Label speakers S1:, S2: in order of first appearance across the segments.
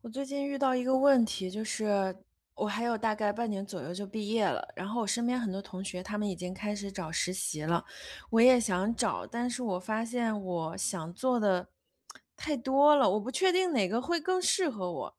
S1: 我最近遇到一个问题，就是我还有大概半年左右就毕业了，然后我身边很多同学他们已经开始找实习了，我也想找，但是我发现我想做的太多了，我不确定哪个会更适合我。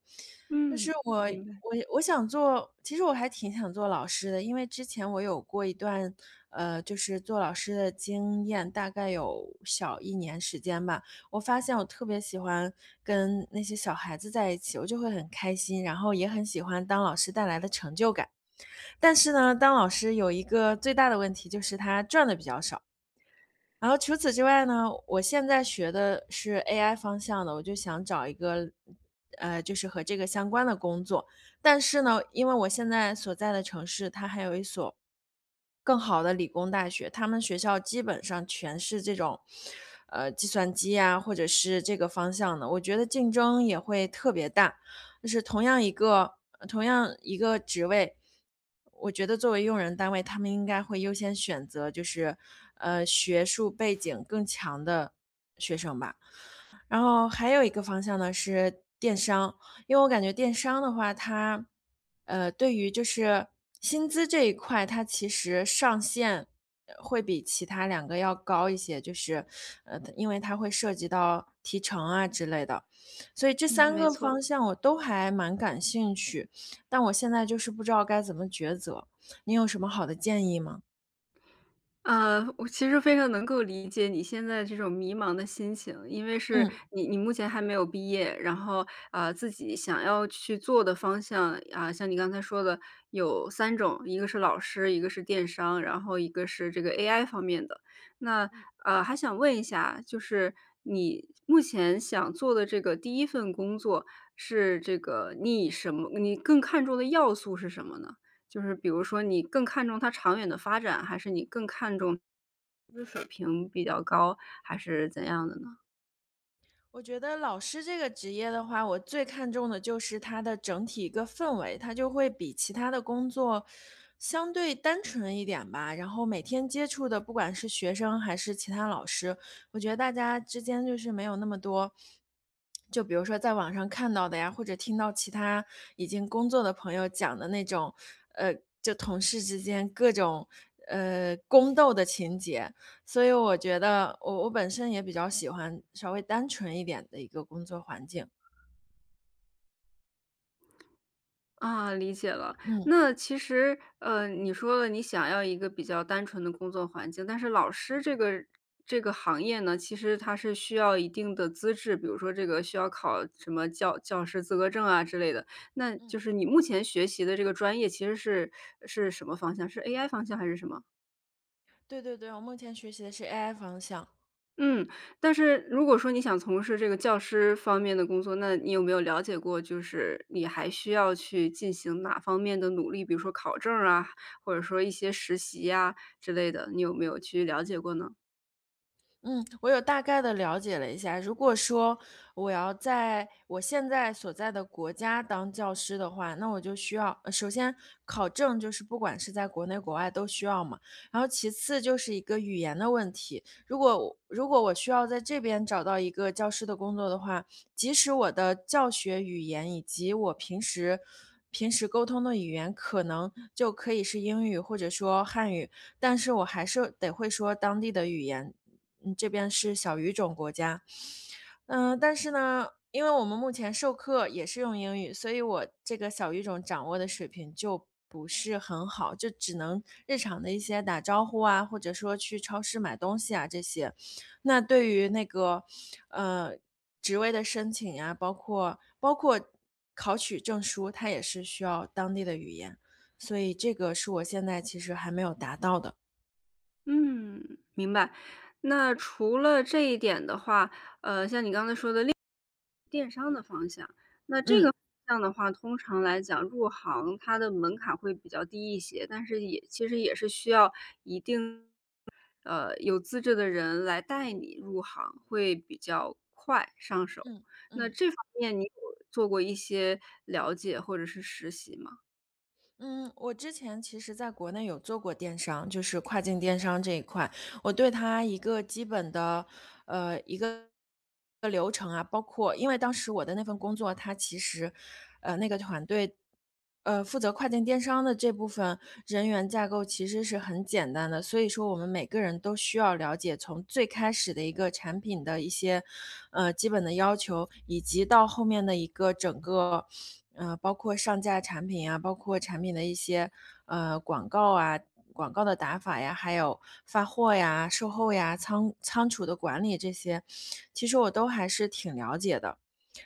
S1: 就
S2: 嗯，
S1: 是我
S2: 明白。
S1: 我我想做，其实我还挺想做老师的，因为之前我有过一段就是做老师的经验，大概有小一年时间吧。我发现我特别喜欢跟那些小孩子在一起，我就会很开心，然后也很喜欢当老师带来的成就感。但是呢，当老师有一个最大的问题，就是他赚的比较少。然后除此之外呢，我现在学的是 AI 方向的，我就想找一个，就是和这个相关的工作。但是呢，因为我现在所在的城市，它还有一所更好的理工大学，他们学校基本上全是这种，计算机呀，或者是这个方向的，我觉得竞争也会特别大。就是同样一个职位，我觉得作为用人单位，他们应该会优先选择就是，学术背景更强的学生吧。然后还有一个方向呢是电商，因为我感觉电商的话，它，对于就是薪资这一块，它其实上限会比其他两个要高一些，就是，因为它会涉及到提成啊之类的，所以这
S2: 嗯，
S1: 三
S2: 没
S1: 个
S2: 错。
S1: 方向我都还蛮感兴趣，但我现在就是不知道该怎么抉择，你有什么好的建议吗？
S2: 我其实非常能够理解你现在这种迷茫的心情，因为是
S1: 嗯。
S2: 你目前还没有毕业，然后，自己想要去做的方向，啊，像你刚才说的有三种，一个是老师，一个是电商，然后一个是这个 AI 方面的。那，还想问一下，就是你目前想做的这个第一份工作是这个你以什么你更看重的要素是什么呢？就是比如说你更看重它长远的发展，还是你更看重工资水平比较高，还是怎样的呢？
S1: 我觉得老师这个职业的话，我最看重的就是它的整体一个氛围，它就会比其他的工作相对单纯一点吧。然后每天接触的，不管是学生还是其他老师，我觉得大家之间就是没有那么多，就比如说在网上看到的呀，或者听到其他已经工作的朋友讲的那种，呃，就同事之间各种宫斗的情节，所以我觉得我本身也比较喜欢稍微单纯一点的一个工作环境。
S2: 啊，理解了。
S1: 嗯，
S2: 那其实，你说了你想要一个比较单纯的工作环境，但是老师这个行业呢，其实它是需要一定的资质，比如说这个需要考什么教师资格证啊之类的。那就
S1: 嗯，
S2: 是你目前学习的这个专业其实是什么方向？是 AI 方向还是什么？
S1: 对对对，我目前学习的是 AI 方向。
S2: 嗯，但是如果说你想从事这个教师方面的工作，那你有没有了解过，就是你还需要去进行哪方面的努力，比如说考证儿啊，或者说一些实习呀之类的，你有没有去了解过呢？
S1: 嗯，我有大概的了解了一下。如果说我要在我现在所在的国家当教师的话，那我就需要首先考证就是不管是在国内国外都需要嘛，然后其次就是一个语言的问题。如果我需要在这边找到一个教师的工作的话，即使我的教学语言以及我平时沟通的语言可能就可以是英语或者说汉语，但是我还是得会说当地的语言，嗯，这边是小语种国家。嗯，但是呢，因为我们目前授课也是用英语，所以我这个小语种掌握的水平就不是很好，就只能日常的一些打招呼啊，或者说去超市买东西啊这些。那对于那个，呃，职位的申请呀，包括考取证书，它也是需要当地的语言，所以这个是我现在其实还没有达到的，
S2: 嗯，明白。那除了这一点的话，像你刚才说的电商的方向，那这个
S1: 嗯。
S2: 方向的话，通常来讲入行它的门槛会比较低一些，但是也其实也是需要一定有资质的人来带你入行会比较快上手。
S1: 嗯
S2: 那
S1: 嗯
S2: 这方面你有做过一些了解或者是实习吗？
S1: 嗯，我之前其实在国内有做过电商，就是跨境电商这一块。我对它一个基本的，一个流程啊，包括因为当时我的那份工作，它其实，那个团队，负责跨境电商的这部分人员架构其实是很简单的，所以说我们每个人都需要了解从最开始的一个产品的一些，基本的要求，以及到后面的一个整个。包括上架产品啊，包括产品的一些广告啊，广告的打法呀，还有发货呀、售后呀、仓储的管理这些，其实我都还是挺了解的。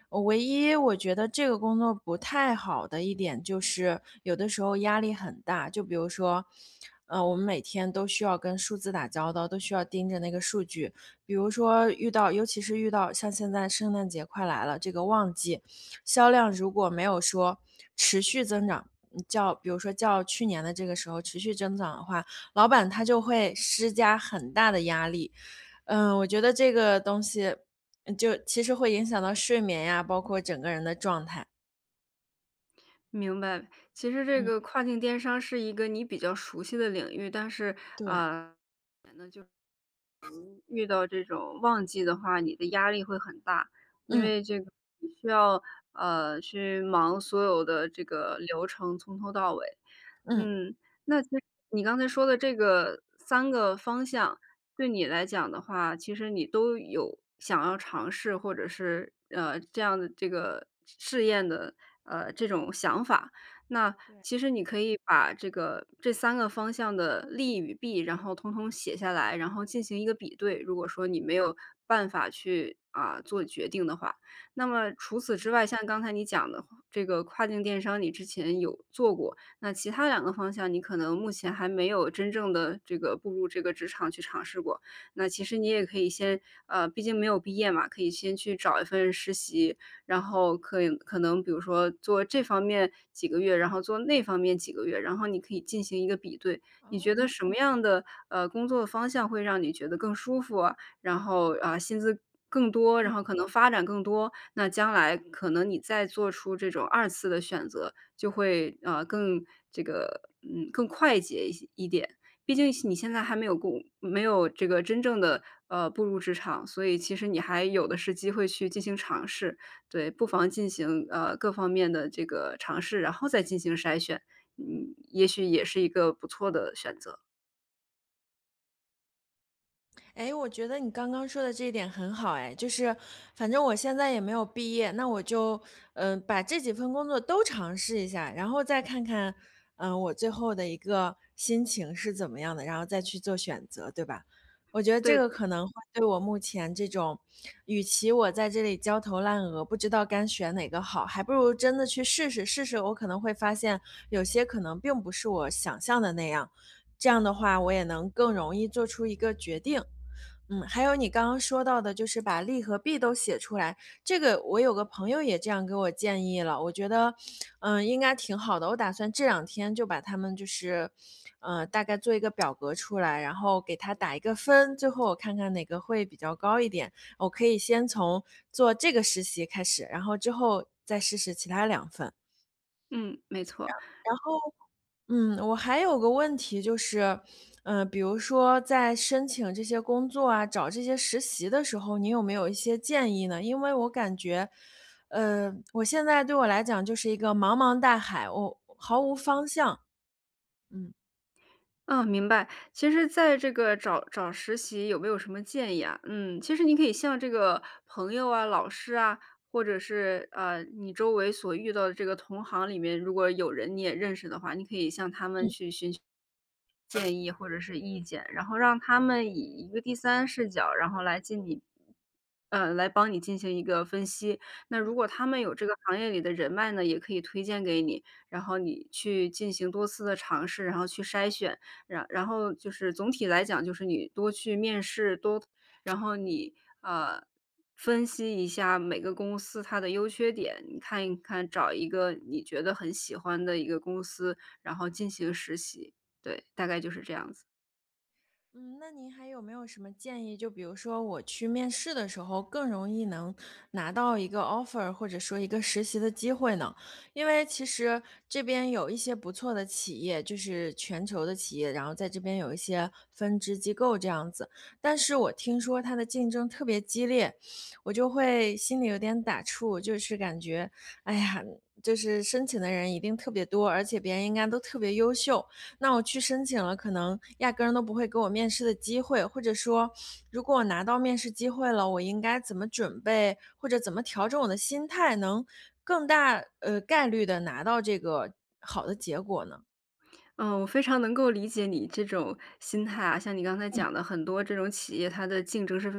S1: 唯一我觉得这个工作不太好的一点就是，有的时候压力很大。就比如说，我们每天都需要跟数字打交道，都需要盯着那个数据。比如说遇到，尤其是遇到像现在圣诞节快来了，这个旺季，销量如果没有说持续增长，较比如说较去年的这个时候持续增长的话，老板他就会施加很大的压力，嗯，我觉得这个东西，就其实会影响到睡眠呀，包括整个人的状态。
S2: 明白，其实这
S1: 嗯，
S2: 个跨境电商是一个你比较熟悉的领域，但是，
S1: 对，
S2: 啊，遇到这种旺季的话，你的压力会很大，因
S1: 嗯
S2: 为这个你需要去忙所有的这个流程，从头到尾。
S1: 嗯。
S2: 嗯，那其实你刚才说的这个三个方向，对你来讲的话，其实你都有想要尝试，或者是这样的这个试验的这种想法。那其实你可以把这三个方向的利与弊，然后通通写下来，然后进行一个比对。如果说你没有办法去，啊，做决定的话，那么除此之外，像刚才你讲的这个跨境电商，你之前有做过，那其他两个方向你可能目前还没有真正的这个步入这个职场去尝试过。那其实你也可以先毕竟没有毕业嘛，可以先去找一份实习，然后可能比如说做这方面几个月，然后做那方面几个月，然后你可以进行一个比对。你觉
S1: 哦。
S2: 得什么样的，工作方向会让你觉得更舒服啊，然后，啊，薪资更多，然
S1: 嗯。
S2: 后可能发展更多，那将来可能你再做出这种二次的选择，就会，更这个，嗯，更快捷一点。毕竟是你现在还没有没有这个真正的步入职场，所以其实你还有的是机会去进行尝试。对，不妨进行，各方面的这个尝试，然后再进行筛选，嗯，也许也是一个不错的选择。
S1: 哎，我觉得你刚刚说的这一点很好，哎，就是反正我现在也没有毕业，那我就把这几份工作都尝试一下，然后再看看我最后的一个心情是怎么样的，然后再去做选择，对吧？我觉得这
S2: 对
S1: 个
S2: 的。
S1: 可能会对我目前这种，与其我在这里焦头烂额，不知道该选哪个好，还不如真的去试试我可能会发现有些可能并不是我想象的那样，这样的话我也能更容易做出一个决定。嗯，还有你刚刚说到的，就是把利和弊都写出来。这个我有个朋友也这样给我建议了，我觉得，嗯，应该挺好的。我打算这两天就把他们就是，大概做一个表格出来，然后给他打一个分，最后我看看哪个会比较高一点。我可以先从做这个实习开始，然后之后再试试其他两份。
S2: 嗯，没错。
S1: 然后嗯，我还有个问题就是，嗯，比如说在申请这些工作啊，找这些实习的时候，你有没有一些建议呢？因为我感觉，我现在对我来讲就是一个茫茫大海，我毫无方向。嗯
S2: 嗯，明白。其实在这个找实习有没有什么建议啊？嗯，其实你可以向这个朋友啊、老师啊，或者是，你周围所遇到的这个同行里面，如果有人你也认识的话，你可以向他们
S1: 嗯。
S2: 去寻求建议或者是意见，然后让他们以一个第三视角，然后来帮你进行一个分析。那如果他们有这个行业里的人脉呢，也可以推荐给你，然后你去进行多次的尝试，然后去筛选，然后就是总体来讲，就是你多去面试，多然后你呃分析一下每个公司它的优缺点，你看一看，找一个你觉得很喜欢的一个公司，然后进行实习。对，大概就是这样子。
S1: 嗯，那您还有没有什么建议？就比如说我去面试的时候，更容易能拿到一个 offer，或者说一个实习的机会呢？因为其实这边有一些不错的企业，就是全球的企业，然后在这边有一些分支机构这样子。但是我听说它的竞争特别激烈，我就会心里有点打怵，就是感觉，哎呀，就是申请的人一定特别多，而且别人应该都特别优秀。那我去申请了，可能压根儿都不会给我面试的机会，或者说，如果我拿到面试机会了，我应该怎么准备，或者怎么调整我的心态，能更大概率的拿到这个好的结果呢？
S2: 嗯，我非常能够理解你这种心态啊，像你刚才讲的，很多这种企业它的竞争是，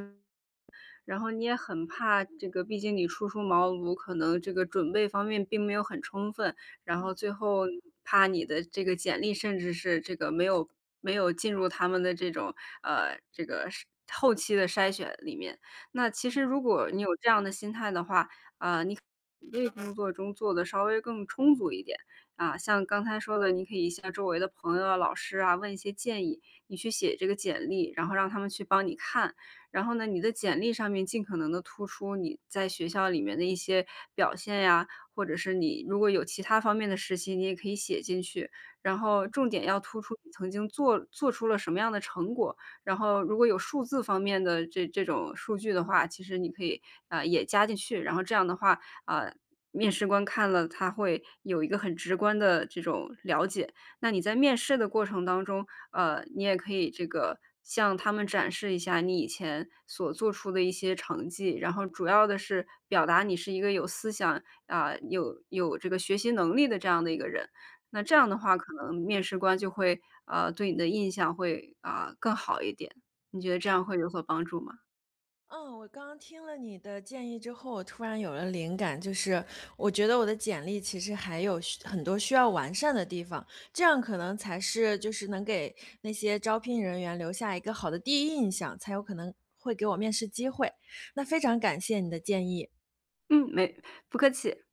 S2: 然后你也很怕这个，毕竟你初出茅庐，可能这个准备方面并没有很充分，然后
S1: 嗯
S2: 最后怕你的这个简历甚至是这个没有进入他们的这种这个后期的筛选里面。那其
S1: 嗯。
S2: 实如果你有这样的心态的话，啊、你可以为工作中做的稍微更充足一点。啊，像刚才说的，你可以向周围的朋友啊、老师啊问一些建议，你去写这个简历，然后让他们去帮你看。然后呢，你的简历上面尽可能的突出你在学校里面的一些表现呀，或者是你如果有其他方面的实习，你也可以写进去。然后重点要突出你曾经做出了什么样的成果，然后如果有数字方面的这种数据的话，其实你可以，啊，也加进去。然后这样的话，啊，面试官看了他会有一个很直观的这种了解。那你在面试的过程当中，你也可以这个向他们展示一下你以前所做出的一些成绩，然后主要的是表达你是一个有思想，啊，有这个学习能力的这样的一个人。那这样的话，可能面试官就会，对你的印象会，啊，更好一点。你觉得这样会有所帮助吗？
S1: 嗯，我刚刚听了你的建议之后，我突然有了灵感，就是我觉得我的简历其实还有很多需要完善的地方，这样可能才是就是能给那些招聘人员留下一个好的第一印象，才有可能会给我面试机会。那非常感谢你的建议。
S2: 嗯，没不客气。